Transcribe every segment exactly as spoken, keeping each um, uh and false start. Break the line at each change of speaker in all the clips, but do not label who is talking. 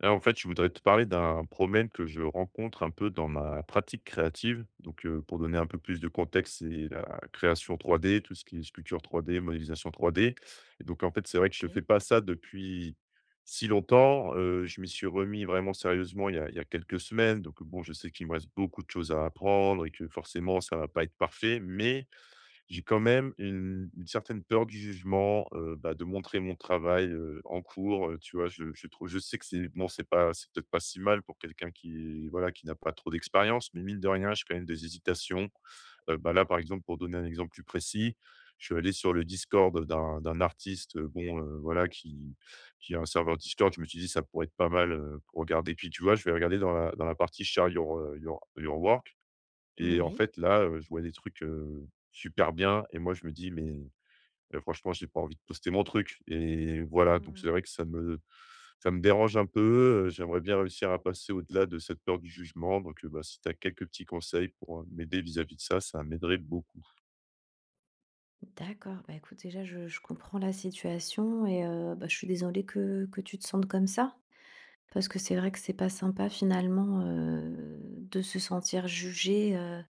Là, en fait, je voudrais te parler d'un problème que je rencontre un peu dans ma pratique créative. Donc, heu, pour donner un peu plus de contexte, c'est la création trois d, tout ce qui est sculpture trois d, modélisation trois d et donc en fait, c'est vrai que je ne fais
OK.
pas ça depuis si longtemps. Heu, je m'y suis remis vraiment sérieusement il y a il y a quelques semaines donc bon, je sais qu'il me reste beaucoup de choses à apprendre et que forcément ça ne va pas être parfait, mais j'ai quand même une une certaine peur du jugement, heu, bah, de montrer mon travail, heu, en cours, heu, tu vois? Je je trou je sais que c'est bon, c'est pas c'est peut-être pas si mal pour quelqu'un qui, voilà, qui n'a pas trop d'expérience, mais mine de rien, j'ai quand même des hésitations. Heu, bah, là, par exemple, pour donner un exemple plus précis, je suis allé sur le Discord d'un d'un artiste, heu, bon, heu, voilà, qui qui a un serveur Discord. Je me suis dit: «Ça pourrait être pas mal, heu, pour regarder». Puis, tu vois, je vais regarder dans la dans la partie Share your, heu, your your work et en
Oui.
fait, là, heu, je vois des trucs, heu, super bien et moi je me dis: «Mais, heu, franchement, j'ai pas envie de poster mon truc» et voilà, donc c'est
Mmh.
vrai que ça me ça me dérange un peu, heu, j'aimerais bien réussir à passer au-delà de cette peur du jugement. Donc heu, bah, si tu as quelques petits conseils pour, heu, m'aider vis-à-vis de ça, ça m'aiderait beaucoup.
D'accord, bah, écoute, déjà, je je comprends la situation et heu, bah, je suis désolée que que tu te sentes comme ça. Parce que c'est vrai que c'est pas sympa finalement, heu, de se sentir jugé. heu,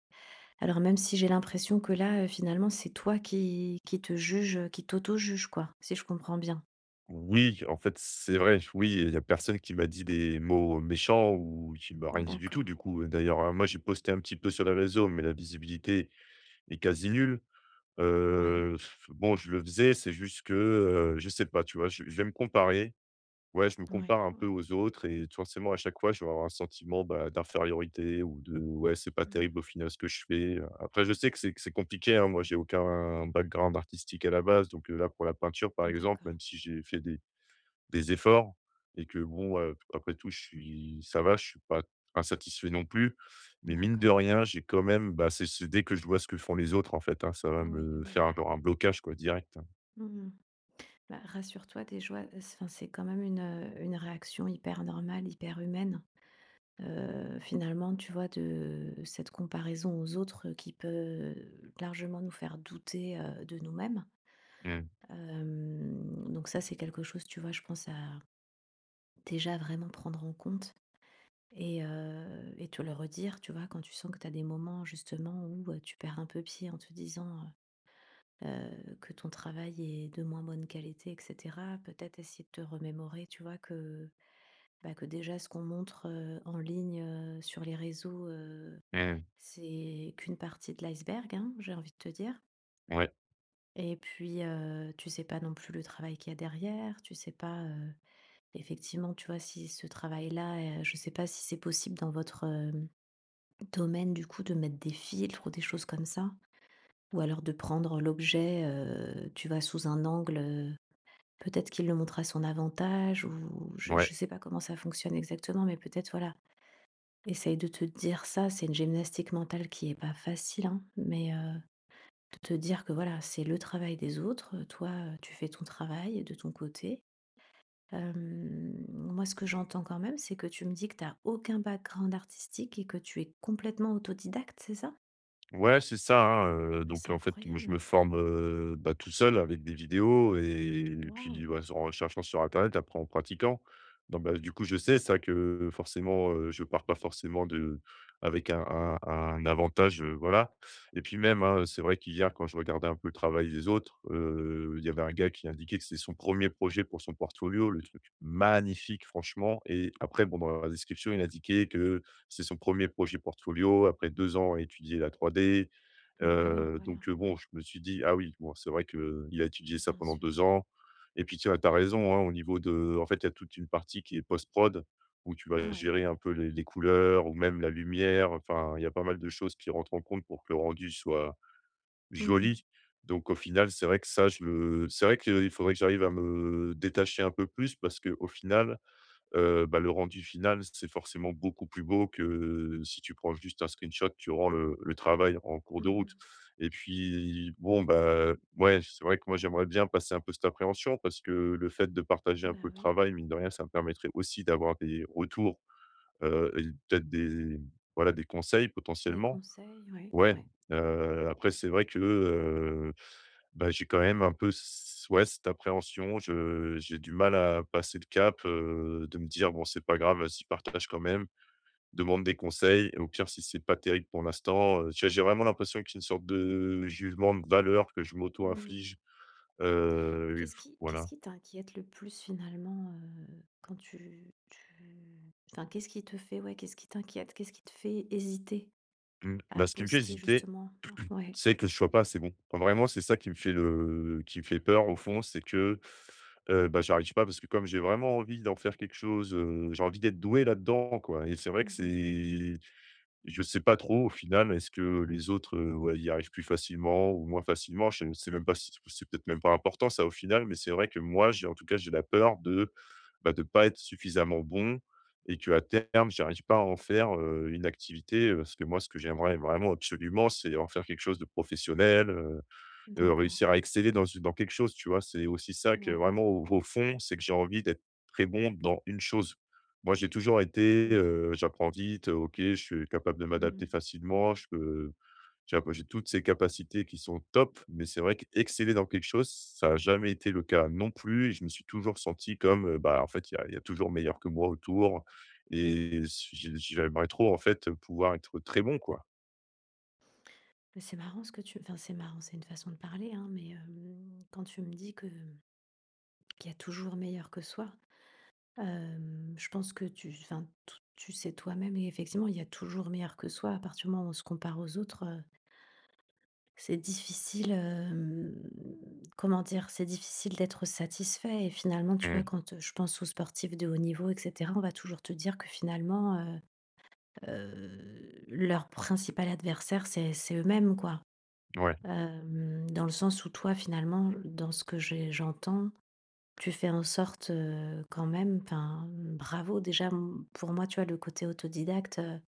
Alors même si j'ai l'impression que là, heu, finalement, c'est toi qui qui te juge, heu, qui tauto juge quoi, si je comprends bien?
Oui, en fait, c'est vrai, oui, il y a personne qui m'a dit des mots méchants ou qui m'a rien dit du tout,
D'accord.
du coup, d'ailleurs, hein. Moi, j'ai posté un petit peu sur les réseaux, mais la visibilité est quasi nulle.
Ouais.
Heu, bon, je le faisais, c'est juste que, heu, je sais pas, tu vois? Je je vais me comparer. Ouais, je me
Ouais,
compare un peu
ouais.
aux autres et forcément, à chaque fois, je vais avoir un sentiment, bah, d'infériorité ou de: «Ouais, c'est pas
Mmh.
terrible au final ce que je fais». Après, je sais que c'est c'est compliqué, hein. Moi, j'ai aucun background artistique à la base, donc, heu, là, pour la peinture, par exemple,
D'accord.
même si j'ai fait des des efforts, et que bon, heu, après tout, je suis ça va, je suis pas insatisfait non plus. Mais mine de
D'accord.
rien, j'ai quand même, bah, c'est c'est dès que je vois ce que font les autres, en fait, hein, ça va
Oui,
me
oui.
faire un, genre un blocage, quoi, direct, hein.
Mmh. Bah, rassure-toi, tes joies, enfin, c'est quand même une, heu, une réaction hyper normale, hyper humaine. Heu, finalement, tu vois, de cette comparaison aux autres qui peut largement nous faire douter, heu, de nous-mêmes.
Mmh,
Hem, donc ça, c'est quelque chose, tu vois, je pense à déjà vraiment prendre en compte et heu et te le redire, tu vois, quand tu sens que tu as des moments justement où, heu, tu perds un peu pied en te disant, heu que ton travail est de moins bonne qualité et cetera. Peut-être essayer de te remémorer, tu vois, que bah, que déjà ce qu'on montre, heu, en ligne, heu, sur les réseaux, heu,
mmh.
c'est qu'une partie de l'iceberg, hein, j'ai envie de te dire.
Ouais,
Et puis, heu, tu sais pas non plus le travail qu'il y a derrière, tu sais pas, heu, effectivement, tu vois, si ce travail-là, heu, je sais pas si c'est possible dans votre, hem, domaine, du coup, de mettre des filtres ou des choses comme ça? Ou alors de prendre l'objet, heu, tu vois, sous un angle, heu, peut-être qu'il le montre à son avantage ou je
ouais.
je sais pas comment ça fonctionne exactement, mais peut-être, voilà, essaye de te dire ça, c'est une gymnastique mentale qui est pas facile, hein, mais heu, de te dire que voilà, c'est le travail des autres, heu, toi, heu, tu fais ton travail de ton côté. Hem, moi ce que j'entends quand même, c'est que tu me dis que tu as aucun background artistique et que tu es complètement autodidacte, c'est ça?
Ouais, c'est ça, hein, heu,
Bah, c'est
donc en fait, moi je
incroyable!
me forme, heu, bah, tout seul avec des vidéos et et
Waouh!
puis, ouais, en recherchant sur internet, après en pratiquant. Donc bah, du coup, je sais ça que forcément, heu, je pars pas forcément de, avec un un un avantage, heu, voilà. Et puis même, hein, c'est vrai qu'hier, quand je regardais un peu le travail des autres, heu, il y avait un gars qui indiquait que c'est son premier projet pour son portfolio, le truc magnifique franchement, et après bon, dans la description, il indiquait que c'est son premier projet portfolio après deux ans à étudier la trois d,
Voilà,
heu,
voilà,
donc heu, bon,
ouais,
je me suis dit: «Ah oui, bon, c'est vrai qu'il a étudié ça
bien
pendant
sûr.
deux ans». Et puis tiens, tu as raison, hein, au niveau de, en fait, il y a toute une partie qui est post-prod où tu vas
Ouais.
gérer un peu les les couleurs ou même la lumière, enfin, il y a pas mal de choses qui rentrent en compte pour que le rendu soit
Mmh mh.
joli, donc au final, c'est vrai que ça, je le c'est vrai qu'il faudrait que j'arrive à me détacher un peu plus parce que au final, heu, bah, le rendu final, c'est forcément beaucoup plus beau que si tu prends juste un screenshot durant le le travail en cours de
Mmh.
route. Et puis, bon, bah, ouais, c'est vrai que moi, j'aimerais bien passer un peu cette appréhension, parce que le fait de partager un peu
Bah,
le
oui,
travail, mine de rien, ça me permettrait aussi d'avoir des retours, heu et peut-être des, voilà, des conseils
des
potentiellement.
conseils, ouais,
Ouais,
ouais.
heu, après c'est vrai que, heu, bah, j'ai quand même un peu c ouais, cette appréhension. Je j'ai du mal à passer le cap, heu, de me dire: «Bon, c'est pas grave, vas-y, partage quand même, demande des conseils et au pire, si c'est pas terrible pour l'instant», heu, tu vois, j'ai vraiment l'impression que c'est une sorte de jugement de valeur que je
Mmh.
m'auto-inflige, heu,
Qu'est-ce qui qu'est-ce
voilà.
qui t'inquiète le plus finalement, heu, quand tu tu enfin, qu'est-ce qui te fait ouais, qu'est-ce qui t'inquiète? Qu'est-ce qui te fait hésiter
Mmh,
à
bah, ce qui me fait
poster
hésiter.
justement? Ouais.
Tu sais, que je sois pas c'est bon. Enfin, vraiment, c'est ça qui me fait le qui me fait peur au fond, c'est que, heu, bah, j'arrive pas parce que comme j'ai vraiment envie d'en faire quelque chose, heu, j'ai envie d'être doué là-dedans, quoi, et c'est vrai que
Mmh.
c'est je sais pas trop au final, est-ce que les autres, heu, ouais, y arrivent plus facilement ou moins facilement? Je ne sais même pas si c'est, peut-être même pas important ça au final, mais c'est vrai que moi, j'ai, en tout cas, j'ai la peur de, bah, de pas être suffisamment bon et qu'à terme, j'arrive pas à en faire, heu, une activité, heu, parce que moi, ce que j'aimerais vraiment absolument, c'est en faire quelque chose de professionnel, heu,
D'accord.
réussir à exceller dans dans quelque chose, tu vois? C'est aussi ça que,
Ouais,
vraiment,
ouais,
au au fond, c'est que j'ai envie d'être très bon dans une chose. Moi, j'ai toujours
je
été,
comprends.
heu, j'apprends vite, heu, OK, je suis capable de
Mmh.
m'adapter facilement, je peux j'ai j'ai toutes ces capacités qui sont top, mais c'est vrai qu'exceller dans quelque chose, ça n'a jamais été le cas non plus, et je me suis toujours senti comme, heu, bah, en fait, il y a il y a toujours meilleur que moi autour, et j'ai j'aimerais trop, en fait, pouvoir être très bon, quoi.
Mais c'est marrant ce que tu enfin, c'est marrant, c'est une façon de parler, hein, mais hem, quand tu me dis que mmh, qu'il y a toujours meilleur que soi, hem, je pense que tu enfin, tou tu sais toi-même et effectivement, il y a toujours meilleur que soi à partir du moment où on se compare aux autres. C'est difficile, hem, comment dire? C'est difficile d'être satisfait et finalement, tu vois,
Mmh.
quand, je pense aux sportifs de haut niveau et cetera, on va toujours te dire que finalement, heu heu, leur principal adversaire, c'est c'est eux-mêmes, quoi.
Ouais.
Hem, dans le sens où toi, finalement, dans ce que j'ai j'entends, tu fais en sorte, heu, quand même enfin, bravo déjà, m pour moi, tu vois, le côté autodidacte, heu,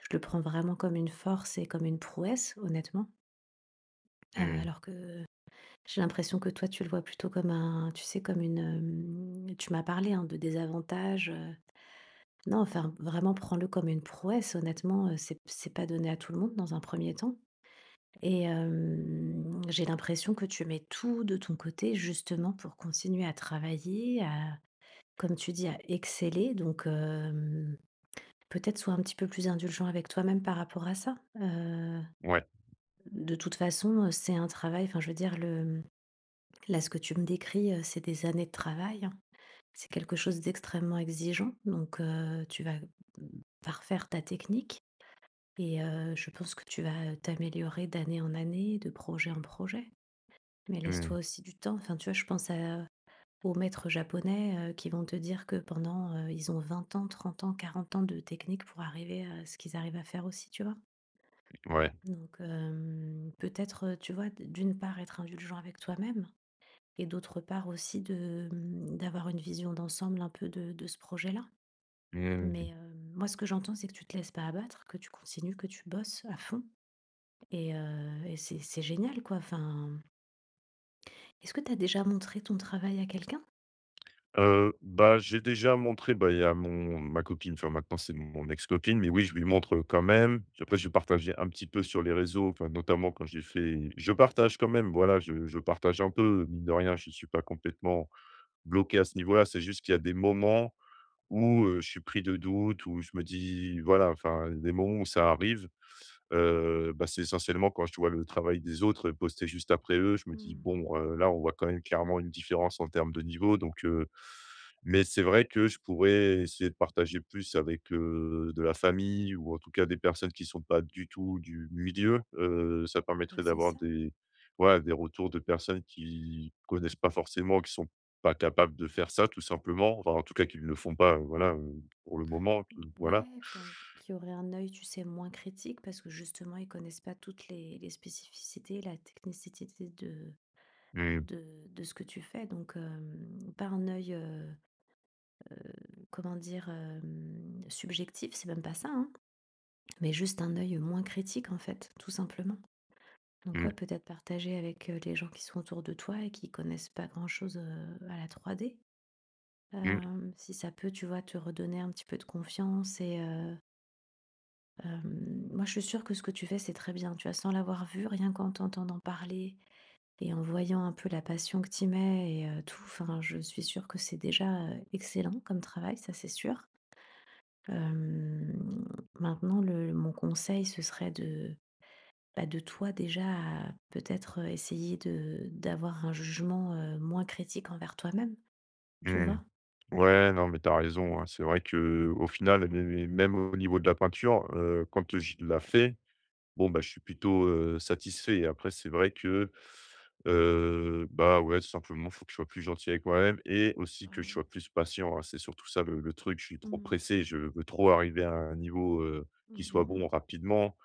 je le prends vraiment comme une force et comme une prouesse, honnêtement, heu,
Mmh.
alors que j'ai l'impression que toi, tu le vois plutôt comme un tu sais, comme une, hem, tu m'as parlé, hein, de désavantages, heu, non, enfin, vraiment prends-le comme une prouesse honnêtement, heu, c'est c'est pas donné à tout le monde dans un premier temps et hem, j'ai l'impression que tu mets tout de ton côté justement pour continuer à travailler, à comme tu dis, à exceller. Donc hem, peut-être sois un petit peu plus indulgent avec toi-même par rapport à ça, heu,
Ouais.
de toute façon, heu, c'est un travail, enfin je veux dire le. Là, ce que tu me décris, heu, c'est des années de travail, hein. C'est quelque chose d'extrêmement exigeant, donc heu, tu vas, mmh, parfaire ta technique et heu, je pense que tu vas t'améliorer d'année en année, de projet en projet. Mais
Mmh.
laisse-toi aussi du temps. Enfin, tu vois, je pense à aux maîtres japonais, heu, qui vont te dire que pendant, heu, ils ont vingt ans, trente ans, quarante ans de technique pour arriver à ce qu'ils arrivent à faire aussi, tu vois?
Ouais.
Donc hem, peut-être, heu, tu vois, d d'une part être indulgent avec toi-même et d'autre part aussi de, mmh, d'avoir une vision d'ensemble un peu de de ce projet-là.
Mmh.
Mais, heu, moi ce que j'entends, c'est que tu te laisses pas abattre, que tu continues, que tu bosses à fond et heu et c'est c'est génial quoi. Enfin, est-ce que tu as déjà montré ton travail à quelqu'un?
Heu, bah, j'ai déjà montré, bah, il y a mon, ma copine, enfin maintenant c'est mon ex-copine, mais oui, je lui montre, quand même. Après, je partagé un petit peu sur les réseaux, enfin notamment quand j'ai fait je partage quand même, voilà, je je partage un peu, mine de rien, je ne suis pas complètement bloqué à ce niveau-là. C'est juste qu'il y a des moments où, heu, je suis pris de doute, où je me dis, voilà, enfin des moments où ça arrive, heu, bah, c'est essentiellement quand je vois le travail des autres, posté juste après eux, je me dis:
Mmh,
«Bon, heu, là, on voit quand même clairement une différence en termes de niveau donc heu» Mais c'est vrai que je pourrais essayer de partager plus avec, heu, de la famille, ou en tout cas des personnes qui sont pas du tout du milieu, heu, ça
bah,
permettrait
c'est
d'avoir
ça.
des ouais, des retours de personnes qui connaissent pas forcément, qui sont pas capables de faire ça tout simplement, enfin en tout cas qui ne le font pas, heu, voilà, heu, pour le moment, qui
Ouais,
voilà.
enfin, qui aurait un œil, tu sais, moins critique parce que justement ils connaissent pas toutes les les spécificités, la technicité de
Mmh,
de de ce que tu fais donc, hem, pas un œil, heu, comment dire? Hem, subjectif, c'est même pas ça, hein, mais juste un œil, moins critique en fait, tout simplement. Donc ouais,
mmh,
peut-être partager avec, heu, les gens qui sont autour de toi et qui connaissent pas grand-chose, heu, à la trois D.
mmh,
Hem, si ça peut, tu vois, te redonner un petit peu de confiance et heu, hem, moi je suis sûre que ce que tu fais, c'est très bien, tu vois? Sans l'avoir vu, rien qu'en t'entendant parler et en voyant un peu la passion que tu mets et heu, tout, enfin, je suis sûre que c'est déjà, heu, excellent comme travail, ça c'est sûr. Hem, Maintenant le mon conseil, ce serait de, bah, de toi déjà à peut-être, essayer de d'avoir un jugement, heu, moins critique envers toi-même, tu
mmh.
vois?
Ouais, non mais t'as raison, hein. C'est vrai que au final, mais mais même au niveau de la peinture, heu, quand, heu, je la fais. Bon, bah, je suis plutôt, heu, satisfait. Après, c'est vrai que, heu, bah, ouais, tout simplement, faut que je sois plus gentil avec moi-même et aussi
Bah,
que je
oui.
sois plus patient, hein. C'est surtout ça le le truc. Je suis trop
Mmh.
pressé, je veux trop arriver à un niveau, heu, qui
Mmh
soit
mh,
bon rapidement.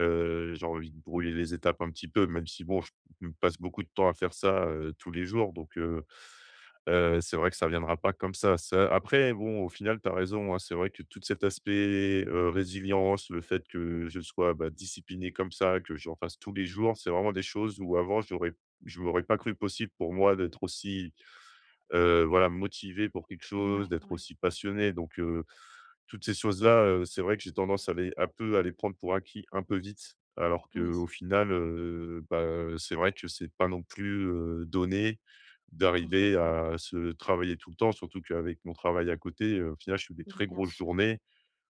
Heu, j'ai envie de brouiller les étapes un petit peu, même si bon, je je passe beaucoup de temps à faire ça, heu, tous les jours, donc heu heu, c'est vrai que ça viendra pas comme ça. Ça, après bon, au final, tu as raison, hein, c'est vrai que tout cet aspect, heu, résilience, le fait que je sois, bah, discipliné comme ça, que j'en fasse tous les jours, c'est vraiment des choses où, avant, j'aurais je m'aurais pas cru possible pour moi d'être aussi, heu, voilà, motivé pour quelque
mmh.
chose,
Ouais,
d'être
ouais.
aussi passionné, donc heu toutes ces choses-là, heu, c'est vrai que j'ai tendance à les un peu à les prendre pour acquis un peu vite, alors qu'au
Oui,
final, heu, bah, c'est vrai que c'est pas non plus, heu, donné d'arriver
complètement.
à se travailler tout le temps, surtout qu'avec mon travail à côté, heu, au final, je fais des
Bah,
très
bien
grosses
sûr.
journées.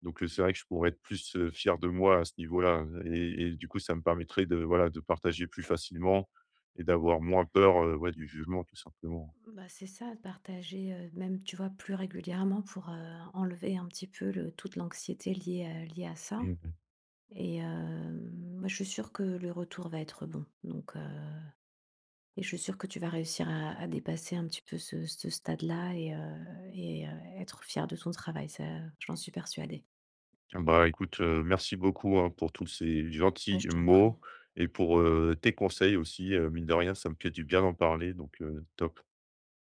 Donc, heu, c'est vrai que je pourrais être plus, heu, fier de moi à ce niveau-là, et et du coup, ça me permettrait de, voilà, de partager plus facilement et d'avoir moins peur, heu, ouais, du jugement, tout simplement.
Bah, c'est ça, de partager, heu, même, tu vois, plus régulièrement pour, heu, enlever un petit peu le toute l'anxiété liée à liée à ça et hem, moi, je suis sûre que le retour va être bon donc heu et je suis sûre que tu vas réussir à à dépasser un petit peu ce, ce stade-là et, euh, et, euh, être fière de ton travail. Ça, j'en suis persuadée.
Bah, écoute, heu, merci beaucoup, hein, pour tous ces
Bah,
gentils
je t'en prie.
mots et pour, heu, tes conseils aussi, heu, mine de rien, ça me fait du bien d'en parler, donc heu, top.